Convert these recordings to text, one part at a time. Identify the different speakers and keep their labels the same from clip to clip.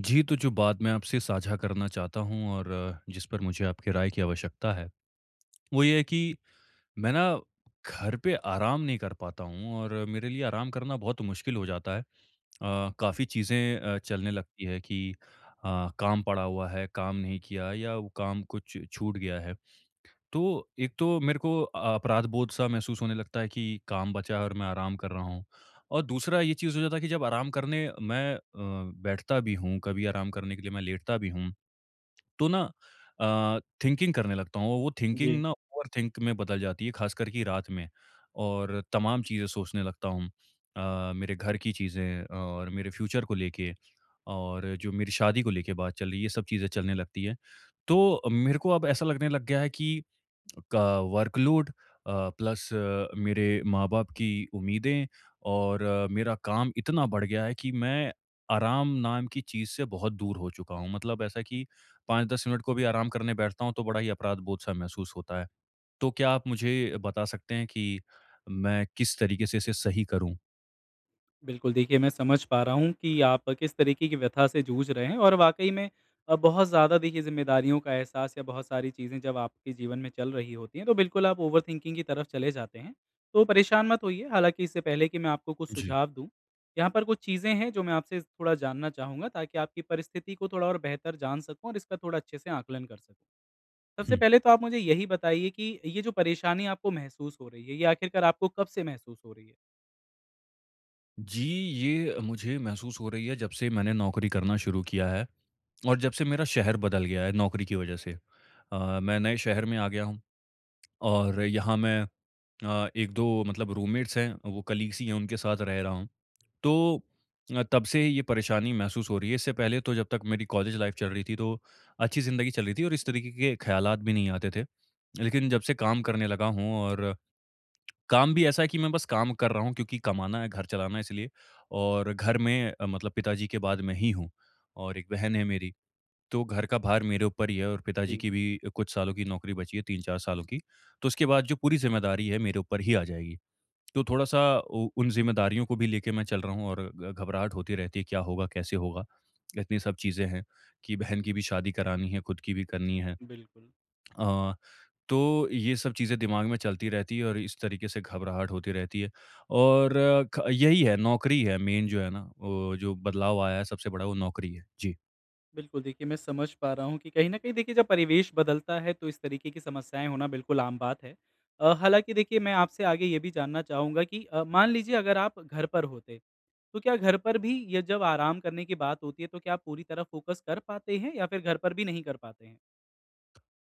Speaker 1: जी, तो जो बात मैं आपसे साझा करना चाहता हूँ और जिस पर मुझे आपकी राय की आवश्यकता है, वो ये है कि मैं ना घर पे आराम नहीं कर पाता हूँ और मेरे लिए आराम करना बहुत मुश्किल हो जाता है। काफ़ी चीज़ें चलने लगती है कि काम पड़ा हुआ है, काम नहीं किया या वो काम कुछ छूट गया है। तो एक तो मेरे को अपराध बोध सा महसूस होने लगता है कि काम बचा है और मैं आराम कर रहा हूँ। और दूसरा ये चीज़ हो जाता है कि जब आराम करने मैं बैठता भी हूँ, कभी आराम करने के लिए मैं लेटता भी हूँ, तो ना थिंकिंग करने लगता हूँ। वो थिंकिंग
Speaker 2: जी,
Speaker 1: ना ओवरथिंक में बदल जाती है, ख़ासकर कि रात में और तमाम चीज़ें सोचने लगता हूँ। मेरे घर की चीज़ें और मेरे फ्यूचर को लेके। और जो मेरी शादी को लेके बात चल रही है, ये सब चीज़ें चलने लगती हैं। तो मेरे को अब ऐसा लगने लग गया है कि का वर्कलोड प्लस मेरे माँ-बाप की उम्मीदें और मेरा काम इतना बढ़ गया है कि मैं आराम नाम की चीज़ से बहुत दूर हो चुका हूँ। मतलब ऐसा कि 5-10 मिनट को भी आराम करने बैठता हूँ, तो बड़ा ही अपराध-बोध-सा महसूस होता है। तो क्या आप मुझे बता सकते हैं कि मैं किस तरीके से इसे सही करूँ?
Speaker 2: बिल्कुल। देखिए मैं समझ पा रहा हूँ कि आप किस तरीके की व्यथा से जूझ रहे हैं और वाक़ई में बहुत ज़्यादा देखिए ज़िम्मेदारियों का एहसास या बहुत सारी चीज़ें जब आपके जीवन में चल रही होती हैं, तो बिल्कुल आप ओवरथिंकिंग की तरफ चले जाते हैं। तो परेशान मत होइए, हालाँकि इससे पहले कि मैं आपको कुछ
Speaker 1: जी।
Speaker 2: सुझाव दूँ, यहाँ पर कुछ चीज़ें हैं जो मैं आपसे थोड़ा जानना चाहूँगा ताकि आपकी परिस्थिति को थोड़ा और बेहतर जान सकूँ और इसका थोड़ा अच्छे से आकलन कर सकूँ। सबसे
Speaker 1: हुँ।
Speaker 2: पहले तो आप मुझे यही बताइए कि ये जो परेशानी आपको महसूस हो रही है, ये आखिरकार आपको कब से महसूस हो रही है?
Speaker 1: जी, ये मुझे महसूस हो रही है जब से मैंने नौकरी करना शुरू किया है और जब से मेरा शहर बदल गया है नौकरी की वजह से। मैं नए शहर में आ गया हूँ और यहाँ मैं 1-2 मतलब रूममेट्स हैं, वो कलीग्स ही हैं, उनके साथ रह रहा हूँ। तो तब से ये परेशानी महसूस हो रही है। इससे पहले तो जब तक मेरी कॉलेज लाइफ़ चल रही थी, तो अच्छी ज़िंदगी चल रही थी और इस तरीके के ख़्यालात भी नहीं आते थे। लेकिन जब से काम करने लगा हूँ और काम भी ऐसा है कि मैं बस काम कर रहा हूँ क्योंकि कमाना है, घर चलाना है इसलिए और घर में मतलब पिताजी के बाद मैं ही हूँ और एक बहन है मेरी। तो घर का भार मेरे ऊपर ही है और पिताजी
Speaker 2: जी,
Speaker 1: की भी कुछ सालों की नौकरी बची है, 3-4 सालों की। तो उसके बाद जो पूरी ज़िम्मेदारी है मेरे ऊपर ही आ जाएगी। तो थोड़ा-सा उ उन ज़िम्मेदारियों को भी लेके मैं चल रहा हूँ और घ घबराहट होती रहती है क्या होगा, कैसे होगा? इतनी सब चीज़ें हैं कि बहन की भी शादी करानी है, खुद की भी करनी है।
Speaker 2: बिल्कुल।
Speaker 1: अ तो ये सब चीज़ें दिमाग में चलती रहती है और इस तरीके से घबराहट होती रहती है और अ, ख यही है नौकरी है मेन जो है ना, वो जो बदलाव आया है सबसे बड़ा वो नौकरी है। जी।
Speaker 2: बिल्कुल, देखिए मैं समझ पा रहा हूँ कि कहीं न कहीं देखिए जब परिवेश बदलता है तो इस तरीके की समस्याएँ होना बिल्कुल आम बात है। हालाँकि देखिए मैं आपसे आगे ये भी जानना चाहूँगा कि मान लीजिए अगर आप घर पर होते, तो क्या घर पर भी ये जब आराम करने की बात होती है तो क्या आप पूरी तरह फ़ोकस कर पाते हैं या फिर घर पर भी नहीं कर पाते हैं?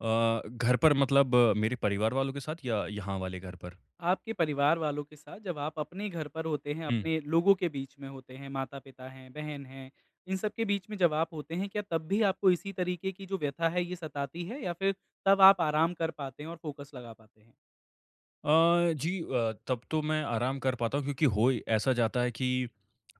Speaker 1: घर पर मतलब मेरे परिवार वालों के साथ या यहाँ वाले घर पर?
Speaker 2: आपके परिवार वालों के साथ जब आप अपने घर पर होते हैं,
Speaker 1: हुँ।
Speaker 2: अपने लोगों के बीच में होते हैं, माता-पिता हैं, बहन हैं, इन सब के बीच में जब आप होते हैं, क्या तब भी आपको इसी तरीके की जो व्यथा है ये सताती है या फिर तब आप आराम कर पाते हैं और फ़ोकस लगा पाते हैं?
Speaker 1: जी तब तो मैं आराम कर पाता हूँ क्योंकि ऐसा जाता है कि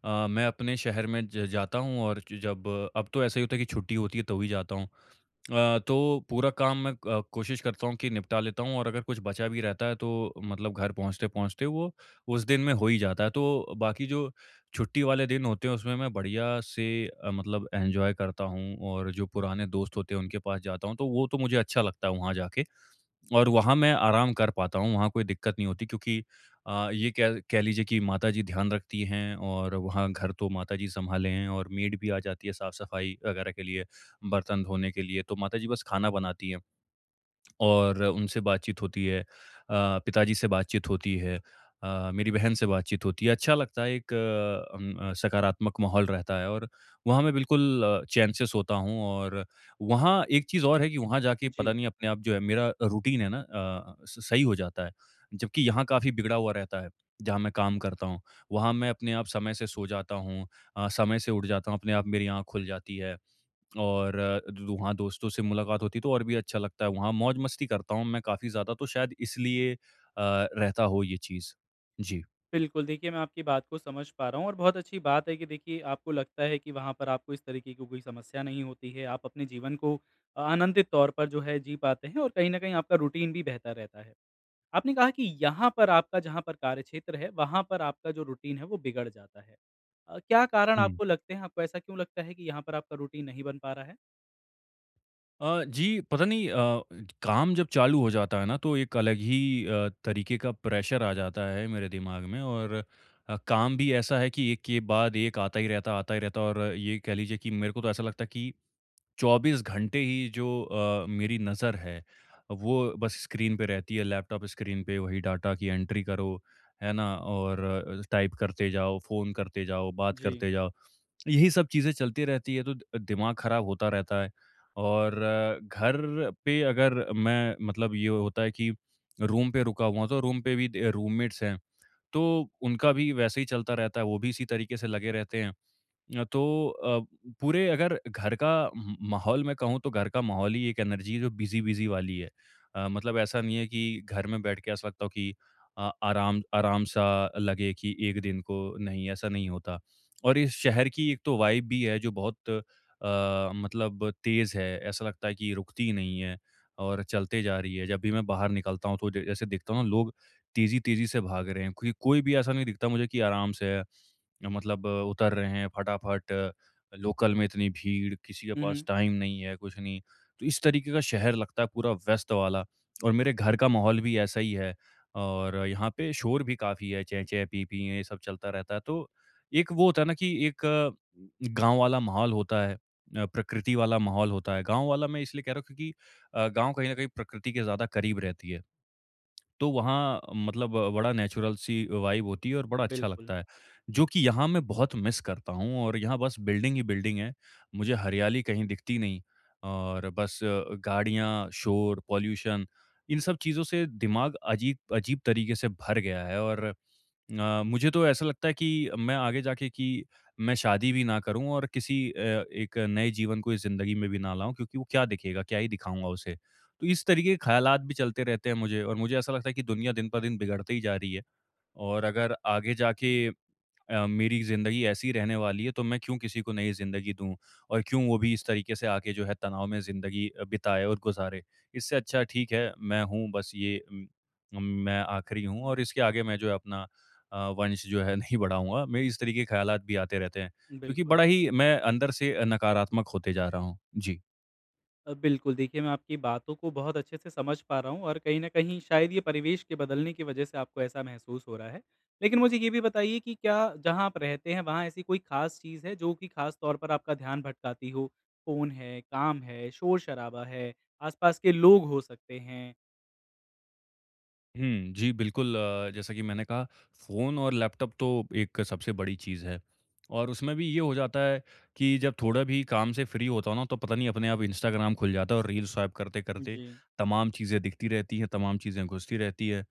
Speaker 1: मैं अपने शहर में ज जाता हूँ और ज जब अब तो ऐसा ही होता है कि छुट्टी होती है तो ही जाता हूँ। तो पूरा काम मैं कोशिश करता हूँ कि निपटा लेता हूँ और अगर कुछ बचा भी रहता है तो मतलब घर पहुँचते-पहुँचते वो उस दिन में हो ही जाता है। तो बाकी जो छुट्टी वाले दिन होते हैं उसमें मैं बढ़िया से मतलब एन्जॉय करता हूँ और जो पुराने दोस्त होते हैं उनके पास जाता हूँ तो वो तो मुझे अच्छा लगता है वहाँ जाके। और वहाँ मैं आराम कर पाता हूँ, वहाँ कोई दिक्कत नहीं होती क्योंकि ये कह कह लीजिए कि माताजी ध्यान रखती हैं और वहाँ घर तो माताजी सँभाले हैं और मेड भी आ जाती है साफ़-सफ़ाई वगैरह के लिए, बर्तन धोने के लिए, तो माताजी बस खाना बनाती हैं। और उनसे बातचीत होती है। पिताजी से बातचीत होती है। मेरी बहन से बातचीत होती है। अच्छा लगता है एक सकारात्मक माहौल रहता है और वहाँ मैं बिल्कुल चैन से सोता हूँ और वहाँ एक चीज़ और है कि वहाँ जाके पता
Speaker 2: जी।
Speaker 1: नहीं अपने आप जो है मेरा रूटीन है ना अ, स सही हो जाता है। जबकि यहाँ काफ़ी बिगड़ा हुआ रहता है, जहाँ मैं काम करता हूँ। वहाँ मैं अपने आप समय से सो जाता हूँ समय से उठ जाता हूँ, अपने आप मेरी आँख खुल जाती है। और अ, दो वहाँ दोस्तों से मुलाकात होती है तो और भी अच्छा लगता है, वहाँ मौज-मस्ती करता हूँ मैं काफ़ी ज़्यादा तो शायद इसलिए रहता हो ये चीज़। जी।
Speaker 2: बिल्कुल, देखिए मैं आपकी बात को समझ पा रहा हूँ और बहुत अच्छी बात है कि देखिए आपको लगता है कि वहाँ पर आपको इस तरीके की कोई समस्या नहीं होती है। आप अपने जीवन को आनंदित तौर पर जो है जी पाते हैं और कहीं न कहीं आपका रूटीन भी बेहतर रहता है। आपने कहा कि यहाँ पर आपका जहाँ पर कार्यक्षेत्र है, वहाँ पर आपका जो रूटीन है वो बिगड़ जाता है। क्या कारण
Speaker 1: हुँ।
Speaker 2: आपको लगते हैं, आपको ऐसा क्यों लगता है कि यहाँ पर आपका रूटीन नहीं बन पा रहा है?
Speaker 1: जी, पता नहीं काम जब चालू हो जाता है ना तो एक अलग ही तरीके का प्रेशर आ जाता है मेरे दिमाग में और काम भी ऐसा है कि एक के बाद एक आता ही रहता और ये कह लीजिए कि मेरे को तो ऐसा लगता है कि 24 घंटे ही जो मेरी नज़र है, वो बस स्क्रीन पे रहती है, लैपटॉप स्क्रीन पे वही डाटा की एंट्री करो, है ना? और टाइप करते जाओ, फ़ोन करते जाओ, बात
Speaker 2: जी।
Speaker 1: करते जाओ, यही सब चीज़ें चलती रहती है, तो द दिमाग खराब होता रहता है। और घर पे अगर मैं मतलब ये होता है कि रूम पे रुका हुआ हूँ, तो रूम पे भी द रूममेट्स हैं, तो उनका भी वैसे ही चलता रहता है, वो भी इसी तरीके से लगे रहते हैं। अ, तो अ, पूरे अगर घर का म माहौल मैं कहूँ तो घर का माहौल ही एक एनर्जी है जो बिज़ी-बिज़ी वाली है। मतलब ऐसा नहीं है कि घर में बैठ के ऐसा लगता हो कि आराम आराम-सा लगे कि एक दिन को नहीं, ऐसा नहीं होता। और इस शहर की एक तो वाइब भी है जो बहुत मतलब तेज़ है, ऐसा लगता है कि रुकती ही नहीं है और चलते जा रही है। जब भी मैं बाहर निकलता हूँ तो ज जैसे देखता हूँ ना लोग तेज़ी-तेज़ी से भाग रहे हैं, क्योंकि कोई भी ऐसा नहीं दिखता मुझे कि आराम से है। मतलब उतर रहे हैं फटाफट, लोकल में इतनी भीड़, किसी के
Speaker 2: हुँ,
Speaker 1: पास
Speaker 2: हुँ।
Speaker 1: टाइम नहीं है, कुछ नहीं। तो इस तरीके का शहर लगता है पूरा व्यस्त वाला और मेरे घर का माहौल भी ऐसा ही है और यहाँ पे शोर भी काफ़ी है, चें-चें, पीं-पीं ये सब चलता रहता है। तो एक वो होता है ना कि एक गाँव वाला माहौल होता है प्रकृति वाला माहौल होता है। गाँव वाला मैं इसलिए कह रहा हूँ क्योंकि गाँव कहीं न कहीं प्रकृति के ज़्यादा करीब रहती है। तो वहाँ मतलब बड़ा नेचुरल सी वाइब होती है और बड़ा अच्छा
Speaker 2: बिल्कुल,
Speaker 1: लगता है। जो कि यहाँ मैं बहुत मिस करता हूँ और यहाँ बस बिल्डिंग ही बिल्डिंग है। मुझे हरियाली कहीं दिखती नहीं और बस गाड़ियाँ, शोर, पॉल्यूशन इन सब चीज़ों से दिमाग अजीब अजीब तरीके से भर गया है और मुझे तो ऐसा लगता है कि मैं आगे जाके कि मैं शादी भी ना करूं और किसी एक नए जीवन को इस ज़िंदगी में भी ना लाऊं क्योंकि वो क्या दिखेगा, क्या ही दिखाऊंगा उसे। तो इस तरीके के ख़्यालात भी चलते रहते हैं मुझे और मुझे ऐसा लगता है कि दुनिया दिन पर दिन बिगड़ते ही जा रही है और अगर आगे जाके मेरी ज़िंदगी ऐसी रहने वाली है तो मैं क्यों किसी को नई ज़िंदगी दूँ और क्यों वो भी इस तरीके से आगे जो है तनाव में ज़िंदगी बिताए और गुज़ारे। इससे अच्छा ठीक है मैं हूँ बस ये मैं आखिरी हूँ और इसके आगे मैं जो है अपना वंश जो है नहीं बढ़ाऊँगा। मेरे इस तरीके के ख़्यालात भी आते रहते हैं क्योंकि
Speaker 2: बिल्कुल।
Speaker 1: बड़ा ही मैं अंदर से नकारात्मक होते जा रहा हूँ। जी।
Speaker 2: बिल्कुल, देखिए मैं आपकी बातों को बहुत अच्छे से समझ पा रहा हूँ और कहीं न कहीं शायद ये परिवेश के बदलने की वजह से आपको ऐसा महसूस हो रहा है। लेकिन मुझे ये भी बताइए कि क्या जहाँ आप रहते हैं वहाँ ऐसी कोई ख़ास चीज़ है जो कि ख़ास तौर पर आपका ध्यान भटकाती हो? फ़ोन है, काम है, शोर-शराबा है, आस-पास के लोग हो सकते हैं?
Speaker 1: हुँ, जी, बिल्कुल जैसा कि मैंने कहा फ़ोन और लैपटॉप तो एक सबसे बड़ी चीज़ है और उसमें भी ये हो जाता है कि जब थोड़ा भी काम से फ्री होता हूँ ना, तो पता नहीं अपने आप इंस्टाग्राम खुल जाता है और रील स्वाइप करते-करते
Speaker 2: जी।
Speaker 1: तमाम चीज़ें दिखती रहती हैं, तमाम चीज़ें घुसती रहती हैं।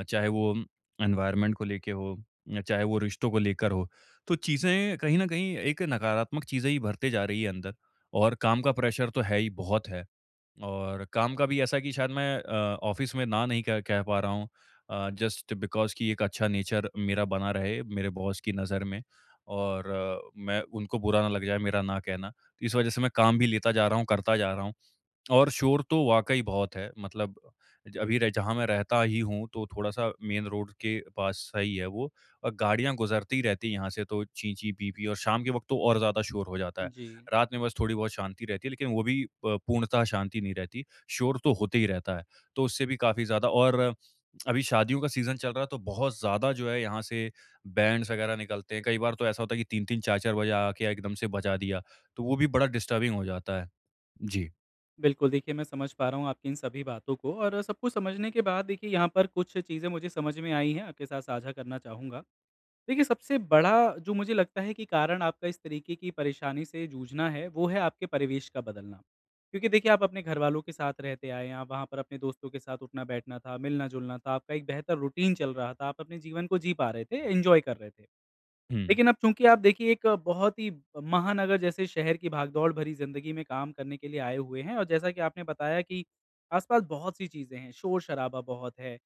Speaker 1: चाहे वो एनवायरनमेंट को लेके हो या चाहे वो रिश्तों को लेकर हो। तो चीज़ें कहीं न कहीं एक नकारात्मक चीज़ें ही भरते जा रही है अंदर और काम का प्रेशर तो है ही, बहुत है। और काम का भी ऐसा कि शायद मैं ऑफ़िस में ना नहीं कह कह पा रहा हूँ जस्ट बिकॉज़ कि एक अच्छा नेचर मेरा बना रहे मेरे बॉस की नज़र में और मैं उनको बुरा ना लग जाए मेरा ना कहना। तो इस वज़ह से मैं काम भी लेता जा रहा हूँ, करता जा रहा हूँ। और शोर तो वाक़ई बहुत है मतलब ज अभी रह जहाँ मैं रहता ही हूँ तो थोड़ा-सा मेन रोड के पास सही है वो और गाड़ियाँ गुज़रती रहती हैं यहाँ से तो चीं-चीं, पीं-पीं और शाम के वक़्त तो और ज़्यादा शोर हो जाता है।
Speaker 2: जी।
Speaker 1: रात में बस थोड़ी बहुत शांति रहती है लेकिन वो भी प पूर्णतः शांति नहीं रहती, शोर तो होते ही रहता है। तो उससे भी काफ़ी ज़्यादा और अभी शादियों का सीज़न चल रहा है तो बहुत ज़्यादा जो है यहाँ से बैंड्स वग़ैरह निकलते हैं। कई बार तो ऐसा होता है कि 3-3 4-4 बजे आके एकदम से बजा दिया, तो वो भी बड़ा डिस्टर्बिंग हो जाता है। जी।
Speaker 2: बिल्कुल, देखिए मैं समझ पा रहा हूँ आपकी इन सभी बातों को, और सब कुछ समझने के बाद देखिए यहाँ पर कुछ चीज़ें मुझे समझ में आई हैं, आपके साथ साझा करना चाहूँगा। देखिए, सबसे बड़ा जो मुझे लगता है कि कारण आपका इस तरीके की परेशानी से जूझना है, वो है आपके परिवेश का बदलना। क्योंकि देखिए, आप अपने घरवालों के साथ रहते आए हैं, आप वहाँ पर अपने दोस्तों के साथ उठना-बैठना था, मिलना-जुलना था, आपका एक बेहतर रूटीन चल रहा था, आप अपने जीवन को जी पा रहे थे, एन्जॉय कर रहे थे।
Speaker 1: हुँ।
Speaker 2: लेकिन अब चूँकि आप देखिए एक बहुत ही महानगर जैसे शहर की भागदौड़ भरी ज़िंदगी में काम करने के लिए आए हुए हैं, और जैसा कि आपने बताया कि आसपास बहुत सी चीज़ें हैं, शोर-शराबा बहुत है।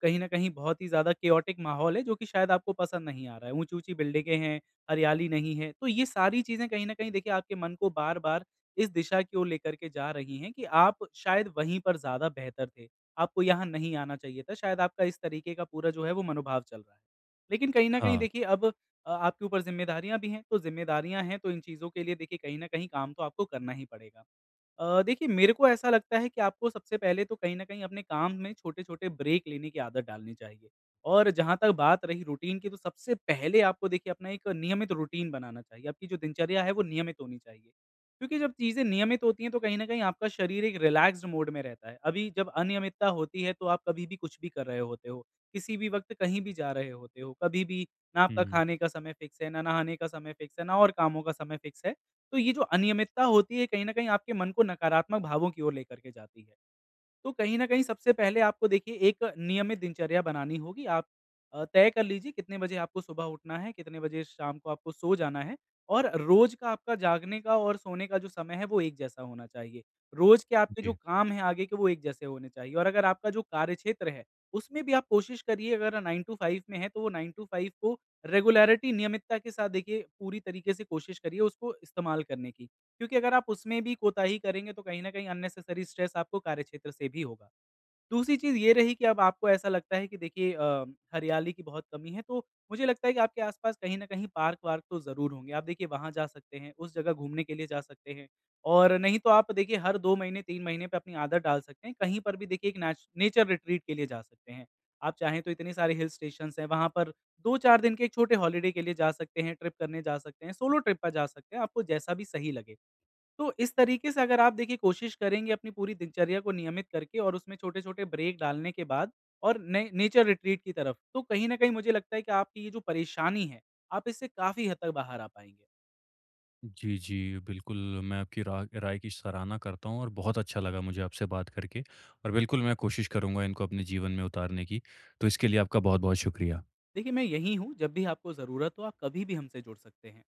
Speaker 2: कहीं न कहीं बहुत ही ज़्यादा केओटिक माहौल है जो कि शायद आपको पसंद नहीं आ रहा है। ऊँची-ऊँची बिल्डिंगें हैं, हरियाली नहीं है। तो ये सारी चीज़ें कहीं न कहीं देखिए आपके मन को बार-बार इस दिशा की ओर लेकर के जा रही हैं कि आप शायद वहीं पर ज़्यादा बेहतर थे। आपको यहाँ नहीं आना चाहिए था। शायद आपका इस तरीके का पूरा जो है वो मनोभाव चल रहा है। लेकिन कहीं न कहीं
Speaker 1: हाँ,
Speaker 2: देखिए अब आपके ऊपर ज़िम्मेदारियाँ भी हैं, तो ज़िम्मेदारियाँ हैं तो इन चीज़ों के लिए देखिए कहीं न कहीं काम तो आपको करना ही पड़ेगा। देखिए मेरे को ऐसा लगता है कि आपको सबसे पहले तो कहीं न कहीं अपने काम में छोटे-छोटे ब्रेक लेने की आदत डालनी चाहिए। और जहाँ तक बात रही रूटीन की, तो सबसे पहले आपको देखिए अपना एक नियमित रूटीन बनाना चाहिए, आपकी जो दिनचर्या है वो नियमित होनी चाहिए। क्योंकि जब चीज़ें नियमित होती हैं तो कहीं न कहीं आपका शरीर एक रिलैक्स्ड मोड में रहता है। अभी जब अनियमितता होती है तो आप कभी भी कुछ भी कर रहे होते हो, किसी भी वक़्त कहीं भी जा रहे होते हो, कभी भी ना आपका
Speaker 1: हुँ,
Speaker 2: खाने का समय फिक्स है, ना नहाने का समय फिक्स है, ना और कामों का समय फिक्स है। तो ये जो अनियमितता होती है, कहीं न कहीं आपके मन को नकारात्मक भावों की ओर लेकर के जाती है। तो कहीं न कहीं सबसे पहले आपको देखिए एक नियमित दिनचर्या बनानी होगी। आप तय कर लीजिए कितने बजे आपको सुबह उठना है, कितने बजे शाम को आपको सो जाना है, और रोज़ का आपका जागने का और सोने का जो समय है वो एक जैसा होना चाहिए। रोज़ के आपके जो
Speaker 1: जी।
Speaker 2: काम हैं आगे के वो एक जैसे होने चाहिए, और अगर आपका जो कार्यक्षेत्र है, उसमें भी आप कोशिश करिए, अगर 9 टू 5 में है तो वो 9 टू 5 को रेगुलैरिटी नियमितता के साथ देखिए पूरी तरीके से कोशिश करिए उसको इस्तेमाल करने की। क्योंकि अगर आप उसमें भी कोताही करेंगे तो कहीं न कहीं अननेसेसरी स्ट्रेस आपको कार्यक्षेत्र से भी होगा। दूसरी चीज़ ये रही कि अब आपको ऐसा लगता है कि देखिए हरियाली की बहुत कमी है, तो मुझे लगता है कि आपके आस-पास कहीं न कहीं पार्क-वार्क तो ज़रूर होंगे। आप देखिए वहाँ जा सकते हैं, उस जगह घूमने के लिए जा सकते हैं, और नहीं तो आप देखिए हर 2 महीने 3 महीने पे अपनी आदत डाल सकते हैं। कहीं पर भी देखिए एक नेचर रिट्रीट के लिए जा सकते हैं। आप चाहें तो इतने सारे हिल स्टेशंस हैं, वहाँ पर 2-4 दिन के एक छोटे हॉलिडे के लिए जा सकते हैं, ट्रिप करने जा सकते हैं, सोलो ट्रिप पर जा सकते हैं, आपको जैसा भी सही लगे। तो इस तरीके से अगर आप देखिए कोशिश करेंगे अपनी पूरी दिनचर्या को नियमित करके और उसमें छोटे-छोटे ब्रेक डालने के बाद और ने नेचर रिट्रीट की तरफ, तो कहीं न कहीं मुझे लगता है कि आपकी ये जो परेशानी है, आप इससे काफ़ी हद तक बाहर आ पाएँगे।
Speaker 1: जी, जी, बिल्कुल मैं आपकी रा राय की सराहना करता हूँ और बहुत अच्छा लगा मुझे आपसे बात करके और बिल्कुल मैं कोशिश करूँगा इनको अपने जीवन में उतारने की। तो इसके लिए आपका बहुत-बहुत शुक्रिया।
Speaker 2: देखिए, मैं यहीं हूँ, जब भी आपको ज़रूरत हो, आप कभी भी हमसे जुड़ सकते हैं।